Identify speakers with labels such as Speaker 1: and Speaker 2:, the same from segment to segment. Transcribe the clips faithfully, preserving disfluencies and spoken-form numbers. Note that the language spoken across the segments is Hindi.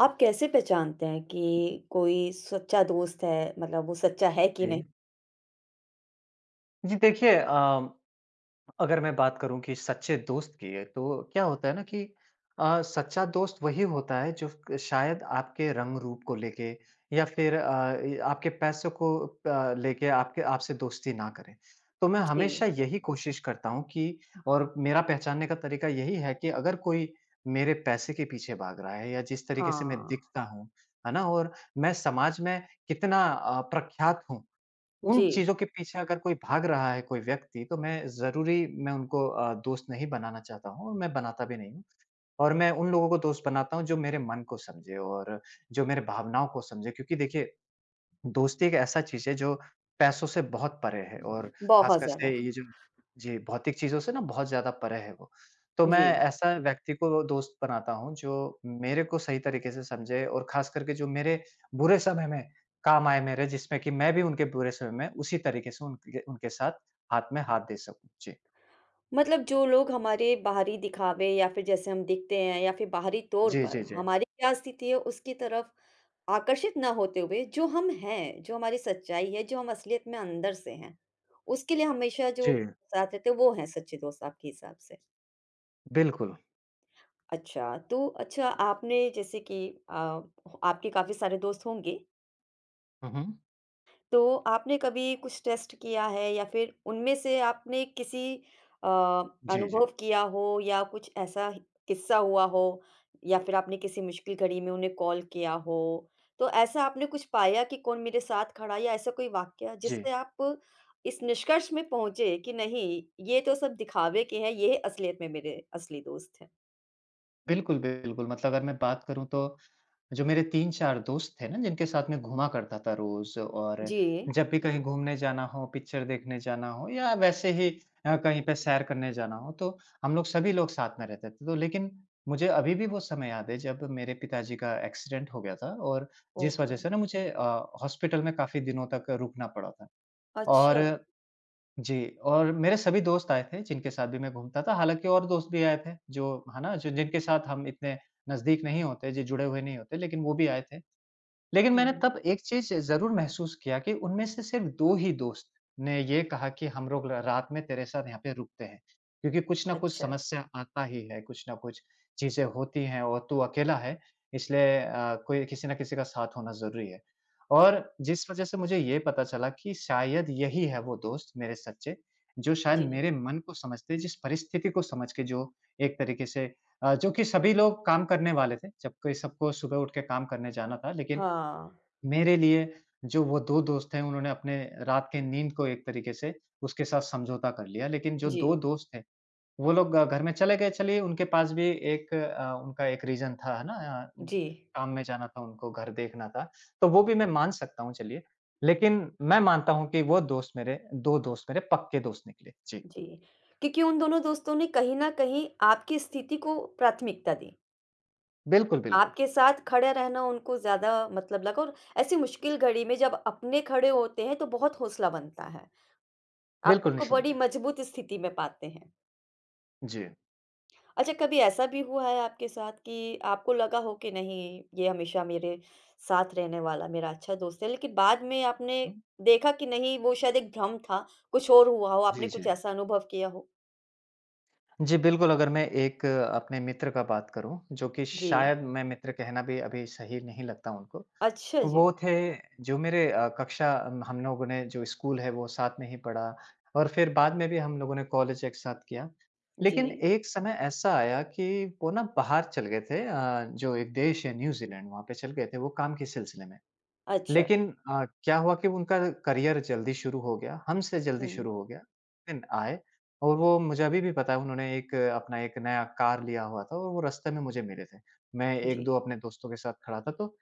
Speaker 1: आप कैसे पहचानते हैं कि कोई सच्चा दोस्त है मतलब वो सच्चा है कि
Speaker 2: जी।
Speaker 1: नहीं?
Speaker 2: जी, देखिए अ, अगर मैं बात करूँ कि सच्चे दोस्त की है, तो क्या होता है ना कि अ, सच्चा दोस्त वही होता है जो क शायद आपके रंग-रूप को लेके या फिर अ, इ आपके पैसों को अ, लेके आपके आपसे दोस्ती ना करे। तो मैं हमेशा
Speaker 1: जी,
Speaker 2: यही कोशिश करता हूँ कि और मेरा पहचानने का तरीका यही है कि अगर कोई मेरे पैसे के पीछे भाग रहा है या जिस तरीके से मैं
Speaker 1: हाँ,
Speaker 2: दिखता हूँ, है ना? और मैं समाज में कितना अ, प्रख्यात हूँ। उन
Speaker 1: जी,
Speaker 2: चीज़ों के पीछे अगर कोई भाग रहा है कोई व्यक्ति तो मैं ज़रूरी मैं उनको अ, दोस्त नहीं बनाना चाहता हूँ और मैं बनाता भी नहीं हूँ। और मैं उन लोगों को दोस्त बनाता हूँ जो मेरे मन को समझे और जो मेरे भावनाओं को समझे क्योंकि देखिए दोस्ती एक ऐसा चीज़ है जो पैसों से बहुत परे है और
Speaker 1: बहुत
Speaker 2: ख़ासकर से
Speaker 1: ज़्यादा,
Speaker 2: ये जो जी, भौतिक चीज़ों से ना बहुत ज़्यादा परे है वो। तो मैं
Speaker 1: जी।
Speaker 2: ऐसा व्यक्ति को दोस्त बनाता हूँ जो मेरे को सही तरीके से समझे और ख़ास करके जो मेरे बुरे समय में काम आए मेरे जिसमें कि मैं भी उनके बुरे समय में उसी तरीके से उनके उनके साथ हाथ में हाथ दे सकूँ। जी।
Speaker 1: मतलब जो लोग हमारे बाहरी दिखावे या फिर जैसे हम दिखते हैं या फिर बाहरी तौर
Speaker 2: जी,
Speaker 1: पर
Speaker 2: जी, जी।
Speaker 1: हमारी क्या स्थिति है उसकी तरफ आकर्षित ना होते हुए जो हम हैं, जो हमारी सच्चाई है, जो हम असलियत में अंदर से हैं, उसके लिए हमेशा जो
Speaker 2: जी,
Speaker 1: साथ रहते हैं वो हैं सच्चे दोस्त आपके हिसाब से।
Speaker 2: बिल्कुल।
Speaker 1: अच्छा, तो अच्छा आपने जैसे कि अ, आपके काफ़ी सारे दोस्त होंगे?
Speaker 2: हुँ, हुँ।
Speaker 1: तो आपने कभी कुछ टेस्ट किया है या फिर उनमें से आपने किसी अ,
Speaker 2: जी,
Speaker 1: अनुभव
Speaker 2: जी।
Speaker 1: किया हो या कुछ ऐसा ह किस्सा हुआ हो या फिर आपने किसी मुश्किल घड़ी में उन्हें कॉल किया हो, तो ऐसा आपने कुछ पाया कि कौन मेरे साथ खड़ा है या ऐसा कोई वाकया
Speaker 2: जी।
Speaker 1: जिससे आप इस निष्कर्ष में पहुँचे कि नहीं, ये तो सब दिखावे के हैं, ये असलियत में मेरे असली दोस्त हैं?
Speaker 2: बिल्कुल, बिल्कुल मतलब अगर मैं बात करूँ तो जो मेरे तीन-चार दोस्त थे ना जिनके साथ मैं घूमा करता था रोज़ और
Speaker 1: जी।
Speaker 2: जब भी कहीं घूमने जाना हो, पिक्चर देखने जाना हो या वैसे ही अ, कहीं पे सैर करने जाना हो तो हम लोग सभी लोग साथ में रहते थे। तो लेकिन मुझे अभी भी वो समय याद है जब मेरे पिताजी का एक्सीडेंट हो गया था और जिस वजह
Speaker 1: ओहो!
Speaker 2: से ना मुझे अ, हॉस्पिटल में काफ़ी दिनों तक रुकना पड़ा था।
Speaker 1: अच्छा।
Speaker 2: और जी, और मेरे सभी दोस्त आए थे जिनके साथ भी मैं घूमता था। हालाँकि और दोस्त भी आए थे जो है ना, जो जिनके साथ हम इतने नज़दीक नहीं होते, जी जुड़े हुए नहीं होते लेकिन वो भी आए थे। लेकिन मैंने
Speaker 1: हुँ,
Speaker 2: तब एक चीज़ ज़रूर महसूस किया कि उनमें से सिर्फ दो ही दोस्त ने ये कहा कि हम लोग र रात में तेरे साथ यहाँ पे रुकते हैं, क्योंकि कुछ न कुछ
Speaker 1: अच्छा।
Speaker 2: समस्या आता ही है, कुछ न कुछ चीज़ें होती हैं और तू अकेला है, इसलिए अ, कोई किसी न किसी का साथ होना ज़रूरी है। और जिस वज़ह से मुझे ये पता चला कि शायद यही है वो दोस्त मेरे सच्चे, जो शायद
Speaker 1: जी।
Speaker 2: मेरे मन को समझते, जिस परिस्थिति को समझ के जो एक तरीके से अ, जो कि सभी लोग काम करने वाले थे, जबकि सबको सुबह उठ के काम करने जाना था, लेकिन
Speaker 1: हाँ।
Speaker 2: मेरे लिए जो वो दो दोस्त हैं उन्होंने अपने रात के नींद को एक तरीके से उसके साथ समझौता कर लिया। लेकिन जो दो
Speaker 1: जी,
Speaker 2: दोस्त थे वो लोग अ, घर में चले गए, चलिए उनके पास भी एक अ, उनका एक रीज़न था, है ना? अ,
Speaker 1: जी।
Speaker 2: काम में जाना था उनको, घर देखना था, तो वो भी मैं मान सकता हूँ चलिए। लेकिन मैं मानता हूँ कि वो दोस्त मेरे दो दोस्त मेरे पक्के दोस्त निकले। जी,
Speaker 1: जी, क्योंकि उन दोनों दोस्तों ने कहीं न कहीं आपकी स्थिति को प्राथमिकता दी।
Speaker 2: बिल्कुल, बिल्कुल।
Speaker 1: आपके साथ खड़े रहना उनको ज़्यादा मतलब लगा और ऐसी मुश्किल घड़ी में जब अपने खड़े होते हैं तो बहुत हौसला बनता है। आप खुद
Speaker 2: बिल्कुल
Speaker 1: को बड़ी
Speaker 2: निसंदेह।
Speaker 1: मजबूत स्थिति में पाते हैं।
Speaker 2: जी।
Speaker 1: अच्छा कभी ऐसा भी हुआ है आपके साथ कि आपको लगा हो कि नहीं ये हमेशा मेरे साथ रहने वाला मेरा अच्छा दोस्त है, लेकिन बाद में आपने
Speaker 2: हुँ।
Speaker 1: देखा कि नहीं वो शायद एक भ्रम था, कुछ और हुआ हो, आपने
Speaker 2: जी, जी।
Speaker 1: कुछ ऐसा अनुभव किया हो?
Speaker 2: जी, बिल्कुल, अगर मैं एक अ, अपने मित्र का बात करूँ, जो कि
Speaker 1: जी।
Speaker 2: शायद मैं मित्र कहना भी अभी सही नहीं लगता उनको।
Speaker 1: अच्छा जी।
Speaker 2: वो थे जो मेरे अ, कक्षा अम, हम लोगों ने जो स्कूल है वो साथ में ही पढ़ा और फिर बाद में भी हम लोगों ने कॉलेज एक साथ किया।
Speaker 1: जी।
Speaker 2: लेकिन एक समय ऐसा आया कि वो ना बाहर चल गए थे अ, जो एक देश है न्यूज़ीलैंड वहाँ पे चल गए थे वो काम के सिलसिले में।
Speaker 1: अच्छा,
Speaker 2: लेकिन अ, क्या हुआ कि उनका करियर जल्दी शुरू हो गया, हमसे जल्दी
Speaker 1: हुँ,
Speaker 2: शुरू हो गया। दिन आए और वो मुझे अभी भी पता है उन्होंने एक अ, अपना एक नया कार लिया हुआ था और वो रास्ते में मुझे मिले थे। मैं
Speaker 1: जी।
Speaker 2: एक-दो अपने दोस्तों के साथ खड़ा था तो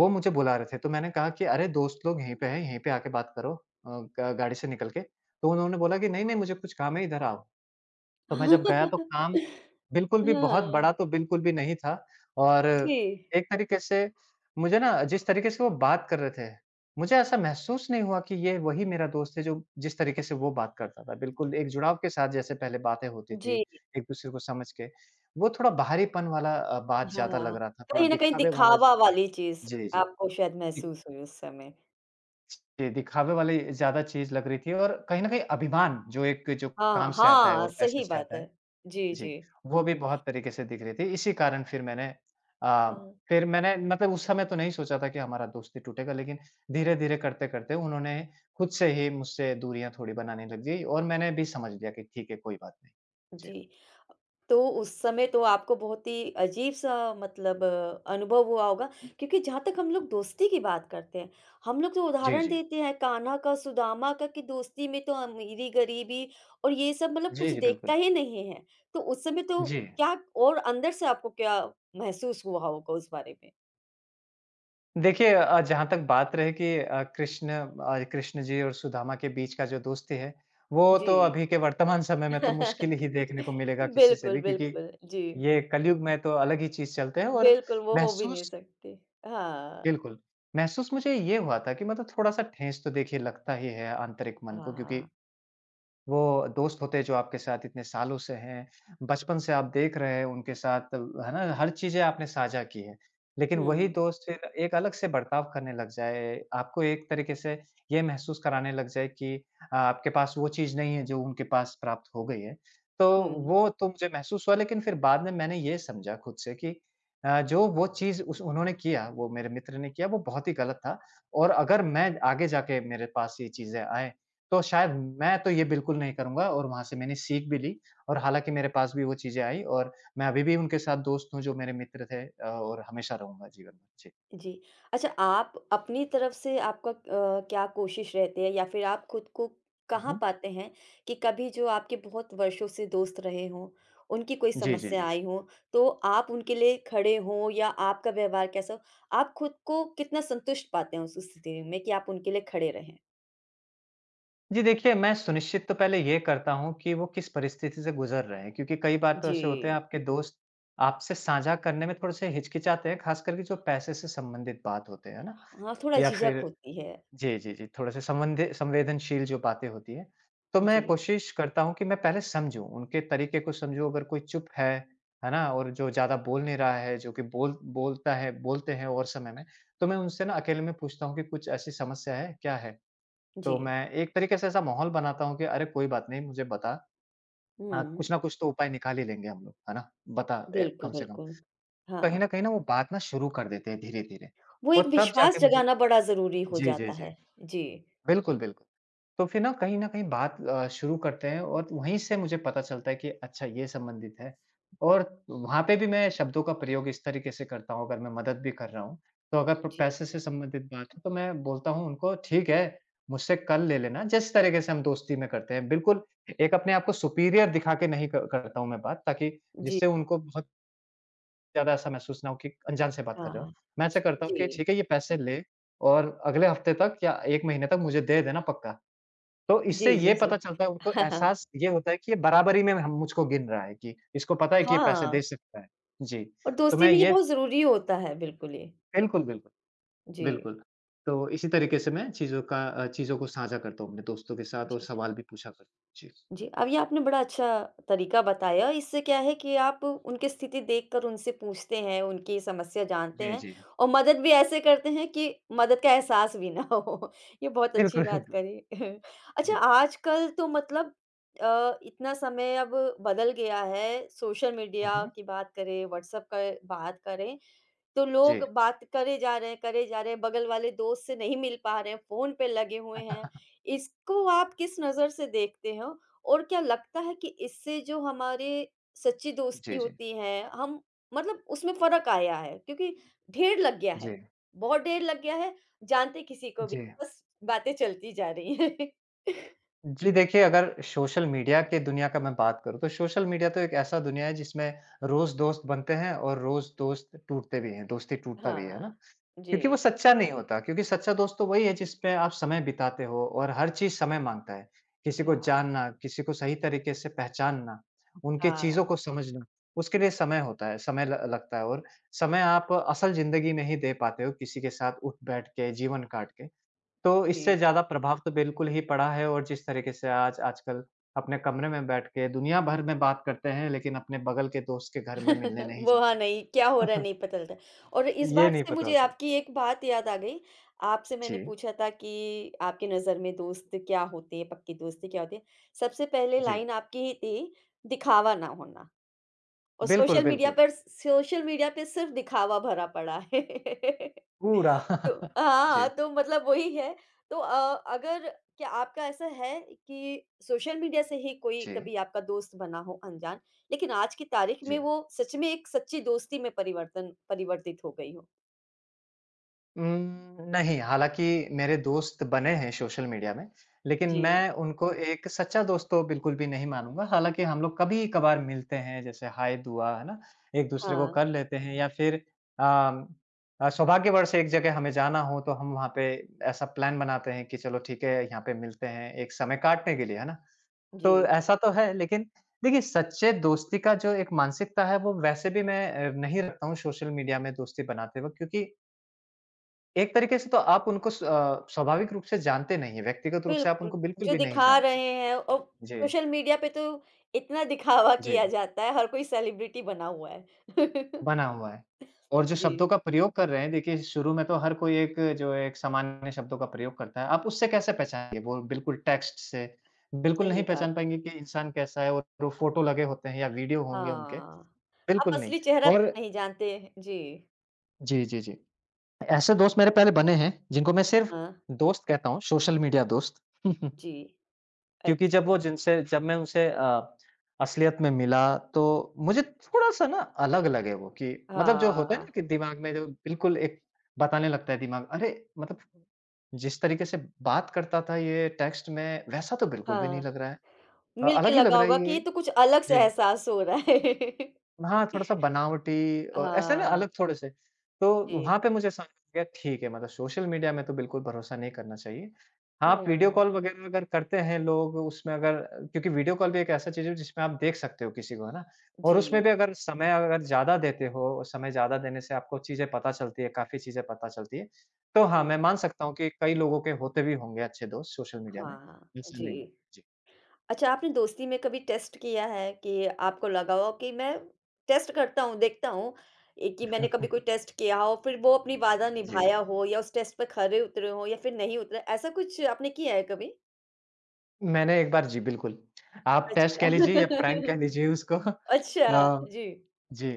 Speaker 2: वो मुझे बुला रहे थे। तो मैंने कहा कि अरे दोस्त लोग यहीं पे हैं, यहीं पे आके बात करो अ, ग गाड़ी से निकल के। तो उन्होंने बोला कि नहीं, नहीं मुझे कुछ काम है इधर आओ। तो मैं जब गया तो काम बिल्कुल भी बहुत
Speaker 1: हाँ,
Speaker 2: बड़ा तो बिल्कुल भी नहीं था और
Speaker 1: जी,
Speaker 2: एक तरीके से मुझे ना जिस तरीके से वो बात कर रहे थे, मुझे ऐसा महसूस नहीं हुआ कि ये वही मेरा दोस्त है जो जिस तरीके से वो बात करता था। बिल्कुल एक जुड़ाव के साथ जैसे पहले बातें होती थी,
Speaker 1: जी,
Speaker 2: एक-दूसरे को समझ के, वो थोड़ा बाहरीपन वाला अ, बात ज़्यादा
Speaker 1: हाँ।
Speaker 2: लग रहा था, थोड़ा
Speaker 1: कहीं न कहीं
Speaker 2: दिखावे वाला
Speaker 1: दिखावा वाली चीज़
Speaker 2: जी, जी।
Speaker 1: आपको शायद
Speaker 2: दि
Speaker 1: महसूस हुई उस समय।
Speaker 2: जी, दिखावे वाली ज़्यादा चीज़ लग रही थी और कहीं न कहीं अभिमान जो एक जो काम
Speaker 1: हाँ,
Speaker 2: से आता है
Speaker 1: हाँ,
Speaker 2: और पैसे
Speaker 1: सही
Speaker 2: से
Speaker 1: बात
Speaker 2: आता है
Speaker 1: है। जी,
Speaker 2: जी,
Speaker 1: जी।
Speaker 2: वो भी बहुत तरीके से दिख रही थी। इसी कारण फिर मैंने अ,
Speaker 1: अ
Speaker 2: फिर मैंने मतलब उस समय तो नहीं सोचा था कि हमारा दोस्ती टूटेगा, लेकिन धीरे-धीरे करते-करते उन्होंने खुद से ही मुझसे दूरियाँ थोड़ी बनाने लग गई और मैंने भी समझ लिया कि ठीक है, कोई बात नहीं। जी।
Speaker 1: जी। तो उस समय तो आपको बहुत ही अजीब-सा मतलब अ, अनुभव हुआ होगा हुँ। क्योंकि जहाँ तक हम लोग दोस्ती की बात करते हैं, हम लोग तो
Speaker 2: जी,
Speaker 1: उदाहरण
Speaker 2: जी।
Speaker 1: देते हैं कान्हा का, सुदामा का कि दोस्ती में तो अमीरी-गरीबी और ये सब मतलब
Speaker 2: जी,
Speaker 1: कुछ
Speaker 2: जी, बिल्कुल।
Speaker 1: देखता ही नहीं है। तो उस समय तो
Speaker 2: जी।
Speaker 1: क्या और अंदर से आपको क्या महसूस हुआ होगा उस बारे में?
Speaker 2: देखिए अ, जहाँ तक बात रही कि अ, कृष्ण अ, कृष्ण जी और सुदामा के बीच का जो दोस्ती है, वो
Speaker 1: जी।
Speaker 2: तो अभी के वर्तमान समय में तो मुश्किल ही
Speaker 1: बिल्कुल,
Speaker 2: देखने को मिलेगा किसी से भी क्योंकि
Speaker 1: बिल्कुल। जी,
Speaker 2: ये कलयुग में तो अलग ही चीज़ चलते हैं और
Speaker 1: बिल्कुल वो हो भी नहीं
Speaker 2: महसूस
Speaker 1: सकती। हाँ,
Speaker 2: बिल्कुल, महसूस मुझे ये हुआ था कि मतलब थोड़ा-सा ठेस तो देखिए लगता ही है आंतरिक मन को क्योंकि
Speaker 1: हाँ।
Speaker 2: वो दोस्त होते हैं जो आपके साथ इतने सालों से हैं, बचपन से आप देख रहे हैं उनके साथ है ना, हर चीज़ें आपने साझा की हैं। लेकिन वही
Speaker 1: हुँ,
Speaker 2: दोस्त फिर एक अलग से बर्ताव करने लग जाए, आपको एक तरीके से ये महसूस कराने लग जाए कि अ, आपके पास वो चीज़ नहीं है जो उनके पास प्राप्त हो गई है। तो
Speaker 1: हुँ।
Speaker 2: वो तो मुझे महसूस हुआ लेकिन फिर बाद में मैंने ये समझा खुद से कि अ, जो वो चीज़ उस उन्होंने किया, वो मेरे मित्र ने किया वो बहुत ही गलत था और अगर मैं आगे जाके मेरे पास ये चीज़ें आएँ तो शायद मैं तो ये बिल्कुल नहीं करूँगा और वहाँ से मैंने सीख भी ली और हालाँकि मेरे पास भी वो चीज़ें आई और मैं अभी भी उनके साथ दोस्त हूँ जो मेरे मित्र थे अ, और हमेशा रहूँगा जीवन में। जी।
Speaker 1: जी। अच्छा आप अपनी तरफ से आपका अ, क्या कोशिश रहती है या फिर आप खुद को
Speaker 2: हुँ,
Speaker 1: कहाँ
Speaker 2: हुँ।
Speaker 1: पाते हैं कि कभी जो आपके बहुत वर्षों से दोस्त रहे हों, उनकी कोई
Speaker 2: जी, जी, जी।
Speaker 1: समस्या आई हो, तो आप उनके लिए खड़े हों या आपका व्यवहार कैसा हो? आप खुद को कितना संतुष्ट पाते हैं उस स्थिति में कि आप उनके लिए खड़े रहें?
Speaker 2: जी, देखिए मैं सुनिश्चित तो पहले ये करता हूँ कि वो किस परिस्थिति से गुज़र रहे हैं क्योंकि कई बार तो
Speaker 1: जी।
Speaker 2: ऐसे होते हैं आपके दोस्त आपसे साझा करने में थोड़े-से हिचकिचाते हैं, ख़ास करके जो पैसे से संबंधित बात होते हैं, है ना?
Speaker 1: हाँ, थोड़ा
Speaker 2: या
Speaker 1: झिझक
Speaker 2: फिर
Speaker 1: होती है।
Speaker 2: जी, जी, जी, थोड़ा-सा संवंदे संवेदनशील जो बातें होती हैं, तो मैं
Speaker 1: जी,
Speaker 2: कोशिश करता हूँ कि मैं पहले समझूँ, उनके तरीके को समझूँ अगर कोई चुप है, है ना? और जो ज़्यादा बोल नहीं रहा है, जो कि बोल बोलता है बोलते हैं और समय में, तो मैं उनसे ना अकेले में पूछता हूँ कि कुछ ऐसी समस्या है, क्या है?
Speaker 1: जी।
Speaker 2: तो मैं एक तरीके से ऐसा माहौल बनाता हूँ कि अरे, कोई बात नहीं मुझे बता अ,
Speaker 1: हुँ,
Speaker 2: कुछ ना कुछ तो उपाय निकाल ही लेंगे हम लोग, है ना? बता ए,
Speaker 1: बिल्कुल,
Speaker 2: कम से कम।
Speaker 1: बिल्कुल।
Speaker 2: कहीं
Speaker 1: हाँ,
Speaker 2: न कहीं ना वो बात ना शुरू कर देते हैं धीरे-धीरे
Speaker 1: वो एक
Speaker 2: और तब
Speaker 1: विश्वास
Speaker 2: जाके मुझे
Speaker 1: जगाना बड़ा ज़रूरी हो
Speaker 2: जी, जी,
Speaker 1: जाता
Speaker 2: जी।
Speaker 1: है। जी,
Speaker 2: बिल्कुल, बिल्कुल। तो फिर ना कहीं न कहीं बात अ, शुरू करते हैं और वहीं से मुझे पता चलता है कि अच्छा ये संबंधित है और वहाँ पे भी मैं शब्दों का प्रयोग इस तरीके से करता हूँ अगर मैं मदद भी कर रहा हूँ, तो अगर प
Speaker 1: जी।
Speaker 2: पैसे से संबंधित बात हो तो मैं बोलता हूँ उनको ठीक है, मुझसे कल ले लेना जिस तरीके से हम दोस्ती में करते हैं। बिल्कुल एक अपने आप को सुपीरियर दिखा के नहीं क करता हूँ मैं बात ताकि
Speaker 1: जी,
Speaker 2: जिससे उनको बहुत ज़्यादा ऐसा महसूस ना हो कि अनजान से बात कर रहे हो।
Speaker 1: हाँ।
Speaker 2: मैं ऐसा करता हूँ कि
Speaker 1: जी।
Speaker 2: ठीक है ये पैसे ले और अगले हफ्ते तक या एक महीने तक मुझे दे देना पक्का। तो इससे
Speaker 1: जी,
Speaker 2: ये
Speaker 1: जी,
Speaker 2: पता
Speaker 1: जी।
Speaker 2: चलता है उनको
Speaker 1: हाँ,
Speaker 2: एहसास ये होता है कि ये बराबरी में हम मुझको गिन रहा है कि इसको पता है कि ये
Speaker 1: हाँ
Speaker 2: पैसे दे
Speaker 1: हाँ,
Speaker 2: सकता है। जी,
Speaker 1: और
Speaker 2: तो
Speaker 1: दोस्ती
Speaker 2: मैं
Speaker 1: में ये
Speaker 2: ये
Speaker 1: बहुत ज़रूरी होता है, बिल्कुल ये।
Speaker 2: बिल्कुल, बिल्कुल,
Speaker 1: जी,
Speaker 2: बिल्कुल। तो इसी तरीके से मैं चीज़ों का अ, चीज़ों को साझा करता हूँ अपने दोस्तों के साथ और
Speaker 1: जी,
Speaker 2: सवाल भी पूछा करता हूँ। जी।
Speaker 1: जी। अब ये आपने बड़ा अच्छा तरीका बताया, इससे क्या है कि आप उनकी स्थिति देखकर उनसे पूछते हैं, उनकी समस्या जानते
Speaker 2: जी,
Speaker 1: हैं
Speaker 2: जी।
Speaker 1: और मदद भी ऐसे करते हैं कि मदद का एहसास भी ना हो। ये बहुत अच्छी
Speaker 2: बिल्कुल,
Speaker 1: बात
Speaker 2: बिल्कुल।
Speaker 1: करी। अच्छा,
Speaker 2: जी।
Speaker 1: आजकल तो मतलब अ, इतना समय अब बदल गया है, सोशल
Speaker 2: हुँ,
Speaker 1: मीडिया
Speaker 2: हुँ।
Speaker 1: की बात करें, व्हाट्सएप का बात करें तो
Speaker 2: जी,
Speaker 1: लोग बात करे जा रहे हैं, करे जा रहे हैं, बगल वाले दोस्त से नहीं मिल पा रहे हैं, फ़ोन पे लगे हुए हैं। इसको आप किस नज़र से देखते हो? और क्या लगता है कि इससे जो हमारे सच्ची दोस्ती
Speaker 2: जी, जी।
Speaker 1: होती है, हम मतलब उसमें फ़र्क आया है? क्योंकि ढेर लग गया
Speaker 2: जी,
Speaker 1: है, बहुत ढेर लग गया है, जानते किसी को भी,
Speaker 2: जी।
Speaker 1: बस बातें चलती जा रही हैं।
Speaker 2: जी, देखिए अगर सोशल मीडिया के दुनिया का मैं बात करूँ तो सोशल मीडिया तो एक ऐसा दुनिया है जिसमें रोज़ दोस्त बनते हैं और रोज़ दोस्त टूटते भी हैं, दोस्ती टूटता भी है, है ना?
Speaker 1: हाँ। जी।
Speaker 2: क्योंकि वो सच्चा नहीं होता, क्योंकि सच्चा दोस्त तो वही है जिस पे आप समय बिताते हो और हर चीज़ समय माँगता है। किसी को
Speaker 1: हाँ,
Speaker 2: जानना, किसी को सही तरीके से पहचानना, उनके चीज़ों
Speaker 1: हाँ,
Speaker 2: को समझना, उसके लिए समय होता है, समय ल लगता है और समय आप असल ज़िंदगी में ही दे पाते हो किसी के साथ उठ-बैठ के, जीवन काट के। तो इससे
Speaker 1: जी।
Speaker 2: ज़्यादा प्रभाव तो बिल्कुल ही पड़ा है और जिस तरीके से आज आजकल अपने कमरे में बैठ के दुनिया भर में बात करते हैं, लेकिन अपने बगल के दोस्त के घर में मिलने नहीं
Speaker 1: वो हाँ,
Speaker 2: जाते।
Speaker 1: नहीं क्या हो रहा है नहीं पता चलता। और इस
Speaker 2: ये
Speaker 1: बात
Speaker 2: नहीं
Speaker 1: से
Speaker 2: पता
Speaker 1: मुझे
Speaker 2: होता।
Speaker 1: आपकी एक बात याद आ गई। आपसे मैंने
Speaker 2: जी,
Speaker 1: पूछा था कि आपकी नज़र में दोस्त क्या होते हैं, पक्की दोस्ती क्या होती है? सबसे पहले
Speaker 2: जी।
Speaker 1: लाइन आपकी ही थी, दिखावा ना होना। और
Speaker 2: बिल्कुल,
Speaker 1: सोशल मीडिया
Speaker 2: बिल्कुल,
Speaker 1: पर सोशल मीडिया पे सिर्फ दिखावा भरा पड़ा है।
Speaker 2: पूरा।
Speaker 1: तो हाँ,
Speaker 2: जी,
Speaker 1: तो मतलब वही है। तो अ, अगर क्या आपका ऐसा है कि सोशल मीडिया से ही कोई
Speaker 2: जी,
Speaker 1: कभी आपका दोस्त बना हो अनजान, लेकिन आज की तारीख में
Speaker 2: जी।
Speaker 1: वो सच में एक सच्ची दोस्ती में परिवर्तन परिवर्तित हो गई हो?
Speaker 2: उम, नहीं, हालाँकि मेरे दोस्त बने हैं सोशल मीडिया में, लेकिन
Speaker 1: जी,
Speaker 2: मैं उनको एक सच्चा दोस्त तो बिल्कुल भी नहीं मानूँगा। हालाँकि हम लोग कभी-कभार मिलते हैं, जैसे हाय, दुआ, है ना? एक-दूसरे को
Speaker 1: हाँ,
Speaker 2: कर लेते हैं या फिर अम, अ, सौभाग्यवश एक जगह हमें जाना हो, तो हम वहाँ पे ऐसा प्लान बनाते हैं कि चलो ठीक है, यहाँ पे मिलते हैं, एक समय काटने के लिए, है ना? तो
Speaker 1: जी।
Speaker 2: ऐसा तो है, लेकिन देखिए सच्चे दोस्ती का जो एक मानसिकता है वो वैसे भी मैं अ, नहीं रखता हूँ सोशल मीडिया में दोस्ती बनाते वक़्त क्योंकि एक तरीके से तो आप उनको स अ, स्वाभाविक रूप से जानते नहीं हैं, व्यक्तिगत रूप से आप
Speaker 1: बिल्कुल,
Speaker 2: उनको बिल्कुल
Speaker 1: जो
Speaker 2: भी नहीं
Speaker 1: दिखा
Speaker 2: जानते।
Speaker 1: रहे हैं और
Speaker 2: जी,
Speaker 1: सोशल मीडिया पे तो इतना दिखावा किया
Speaker 2: जी,
Speaker 1: जाता है, हर कोई सेलिब्रिटी बना हुआ है।
Speaker 2: बना हुआ है। और जो शब्दों
Speaker 1: जी,
Speaker 2: का प्रयोग कर रहे हैं देखिए शुरू में तो हर कोई एक जो एक सामान्य शब्दों का प्रयोग करता है, आप उससे कैसे पहचानेंगे? वो बिल्कुल टेक्स्ट से, बिल्कुल नहीं
Speaker 1: सही बात
Speaker 2: पहचान
Speaker 1: है।
Speaker 2: पाएँगे कि इंसान कैसा है और वो फ़ोटो लगे होते हैं या वीडियो होंगे उनके,
Speaker 1: हाँ, आप
Speaker 2: बिल्कुल नहीं।
Speaker 1: असली चेहरा तक
Speaker 2: और
Speaker 1: नहीं जानते जी।
Speaker 2: जी, जी, जी। ऐसे दोस्त मेरे पहले बने हैं, जिनको मैं सिर्फ़
Speaker 1: हाँ,
Speaker 2: दोस्त कहता हूँ, सोशल मीडिया दोस्त।
Speaker 1: जी।
Speaker 2: क्योंकि जब
Speaker 1: अच्छा,
Speaker 2: वो जिनसे जब मैं उनसे अ, असलियत में मिला तो मुझे थोड़ा-सा ना अलग लगे वो कि मतलब जो होता है
Speaker 1: हाँ,
Speaker 2: ना कि दिमाग में जो बिल्कुल एक बताने लगता है दिमाग, अरे! मतलब जिस तरीके से बात करता था ये टेक्स्ट में, वैसा तो बिल्कुल भी नहीं
Speaker 1: हाँ।
Speaker 2: लग रहा है। अ,
Speaker 1: मिल के
Speaker 2: अलग ही लग
Speaker 1: लगा
Speaker 2: रहा है
Speaker 1: होगा कि ये
Speaker 2: ये।
Speaker 1: तो कुछ अलग सा
Speaker 2: जी।
Speaker 1: एहसास हो रहा है।
Speaker 2: हाँ, थोड़ा-सा बनावटी अ, ऐसे ना
Speaker 1: हाँ,
Speaker 2: अलग थोड़े-से, तो
Speaker 1: जी।
Speaker 2: वहाँ पे मुझे समझ में आ गया ठीक है मतलब सोशल मीडिया में तो बिल्कुल भरोसा नहीं करना चाहिए। हाँ, वीडियो
Speaker 1: हाँ,
Speaker 2: कॉल वगैरह अगर करते हैं लोग उसमें अगर क्योंकि वीडियो कॉल भी एक ऐसा चीज़ है जिसमें आप देख सकते हो किसी को, है ना? और उसमें
Speaker 1: जी।
Speaker 2: भी अगर समय अगर ज़्यादा देते हो, और समय ज़्यादा देने से आपको चीज़ें पता चलती है, काफ़ी चीज़ें पता चलती है। तो हाँ,
Speaker 1: हुँ,
Speaker 2: मैं मान सकता हूँ कि कई लोगों के होते भी होंगे अच्छे दोस्त सोशल मीडिया में,
Speaker 1: हाँ,
Speaker 2: ऐसा
Speaker 1: जी।
Speaker 2: नहीं। जी।
Speaker 1: अच्छा आपने दोस्ती में कभी टेस्ट किया है कि आपको लगा हो कि मैं टेस्ट करता हूँ, देखता हूँ ए, कि मैंने कभी कोई टेस्ट किया हो, फिर वो अपनी वादा
Speaker 2: जी।
Speaker 1: निभाया हो या उस टेस्ट पे खरे उतरे हों या फिर नहीं उतरे, ऐसा कुछ आपने किया है कभी?
Speaker 2: मैंने एक बार जी, बिल्कुल। आप टेस्ट
Speaker 1: अच्छा।
Speaker 2: कह लीजिए या प्रैंक कह लीजिए उसको
Speaker 1: अच्छा,
Speaker 2: अ,
Speaker 1: जी।
Speaker 2: जी,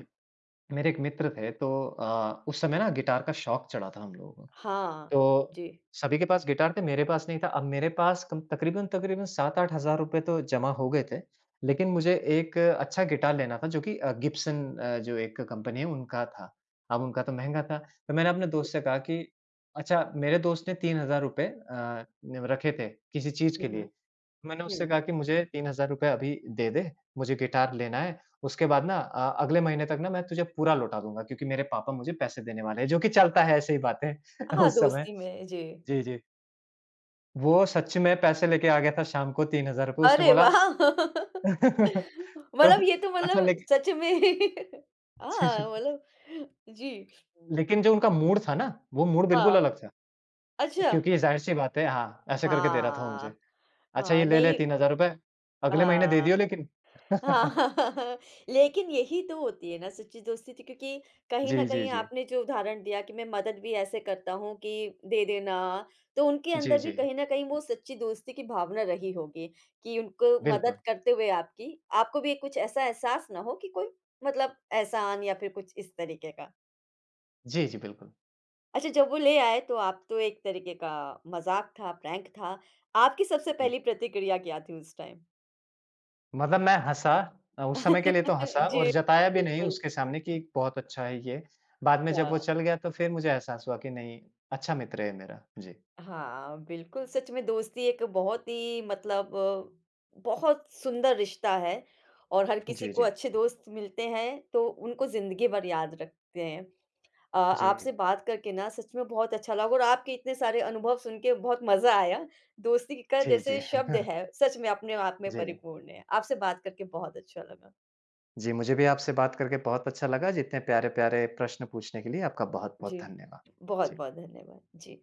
Speaker 2: मेरे एक मित्र थे तो अ, उस समय ना गिटार का शौक चढ़ा था हम लोगों को।
Speaker 1: हाँ,
Speaker 2: तो
Speaker 1: जी।
Speaker 2: सभी के पास गिटार थे, मेरे पास नहीं था। अब मेरे पास कम तकरीबन-तकरीबन सात आठ हज़ार रुपए तो जमा हो गए थे। लेकिन मुझे एक अच्छा गिटार लेना था जो कि अ, गिब्सन अ, जो एक कंपनी है उनका था। अब उनका तो महँगा था। तो मैंने अपने दोस्त से कहा कि अच्छा मेरे दोस्त ने तीन हज़ार रुपए अ, न रखे थे किसी चीज़ के
Speaker 1: हुँ, हुँ,
Speaker 2: लिए। मैंने उससे
Speaker 1: हुँ।
Speaker 2: कहा कि मुझे तीन हज़ार रुपए अभी दे दे, मुझे गिटार लेना है। उसके बाद ना अ, अगले महीने तक ना मैं तुझे पूरा लौटा दूँगा क्योंकि मेरे पापा मुझे पैसे देने वाले हैं, जो कि चलता है ऐसे ही बातें
Speaker 1: हाँ,
Speaker 2: उस समय।
Speaker 1: दोस्ती में, जी।
Speaker 2: जी, जी। वो सच में पैसे लेके आ गया था शाम को ₹तीन हज़ार उसने
Speaker 1: अरे
Speaker 2: बोला
Speaker 1: वाह!
Speaker 2: तो
Speaker 1: मतलब ये तो
Speaker 2: अच्छा
Speaker 1: मतलब
Speaker 2: लेकिन
Speaker 1: सच में हाँ, मतलब जी।
Speaker 2: लेकिन जो उनका मूड था ना, वो मूड बिल्कुल
Speaker 1: हाँ,
Speaker 2: अलग था,
Speaker 1: अच्छा।
Speaker 2: क्योंकि ज़ाहिर-सी बात है हाँ, ऐसे करके दे रहा था वो
Speaker 1: हाँ,
Speaker 2: मुझे। अच्छा ये
Speaker 1: हाँ,
Speaker 2: ले ले
Speaker 1: नहीं
Speaker 2: ₹तीन हज़ार अगले महीने दे
Speaker 1: अ
Speaker 2: दियो लेकिन।
Speaker 1: हाँ, लेकिन यही तो होती है ना सच्ची दोस्ती तो क्योंकि कहीं न
Speaker 2: जी, जी,
Speaker 1: कहीं
Speaker 2: जी।
Speaker 1: आपने जो उदाहरण दिया कि मैं मदद भी ऐसे करता हूँ कि दे देना, तो उनके
Speaker 2: जी,
Speaker 1: अंदर भी
Speaker 2: जी।
Speaker 1: कहीं न कहीं वो सच्ची दोस्ती की भावना रही होगी कि उनको
Speaker 2: बिल्कुल।
Speaker 1: मदद करते हुए आपकी आपको भी कुछ ऐसा एहसास ना हो कि कोई मतलब एहसान या फिर कुछ इस तरीके का।
Speaker 2: जी, जी, बिल्कुल।
Speaker 1: अच्छा जब वो ले आए तो आप तो एक तरीके का मज़ाक था, प्रैंक था। आपकी सबसे
Speaker 2: जी।
Speaker 1: पहली प्रतिक्रिया क्या थी उस टाइम?
Speaker 2: मतलब मैं हँसा अ, उस समय के लिए तो हँसा
Speaker 1: जी,
Speaker 2: और जताया भी नहीं
Speaker 1: बिल्कुल।
Speaker 2: उसके सामने कि बहुत अच्छा है ये। बाद में जब वो
Speaker 1: हाँ।
Speaker 2: चल गया तो फिर मुझे एहसास हुआ कि नहीं, अच्छा मित्र है मेरा। जी।
Speaker 1: हाँ, बिल्कुल सच में दोस्ती एक बहुत ही मतलब बहुत सुंदर रिश्ता है और हर किसी
Speaker 2: जी,
Speaker 1: को
Speaker 2: जी।
Speaker 1: अच्छे दोस्त मिलते हैं तो उनको ज़िंदगी भर याद रखते हैं। अ,
Speaker 2: जी।
Speaker 1: आपसे बात करके ना सच में बहुत अच्छा लगा और आपके इतने सारे अनुभव सुन के बहुत मज़ा आया। दोस्ती का
Speaker 2: जी, जी।
Speaker 1: जैसे शब्द है सच में अपने आप में
Speaker 2: जी।
Speaker 1: परिपूर्ण है। आपसे बात करके बहुत अच्छा लगा।
Speaker 2: जी, मुझे भी आपसे बात करके बहुत अच्छा लगा। जितने प्यारे-प्यारे प्रश्न पूछने के लिए आपका बहुत-बहुत
Speaker 1: जी,
Speaker 2: धन्यवाद। जी।
Speaker 1: बहुत-बहुत धन्यवाद। जी।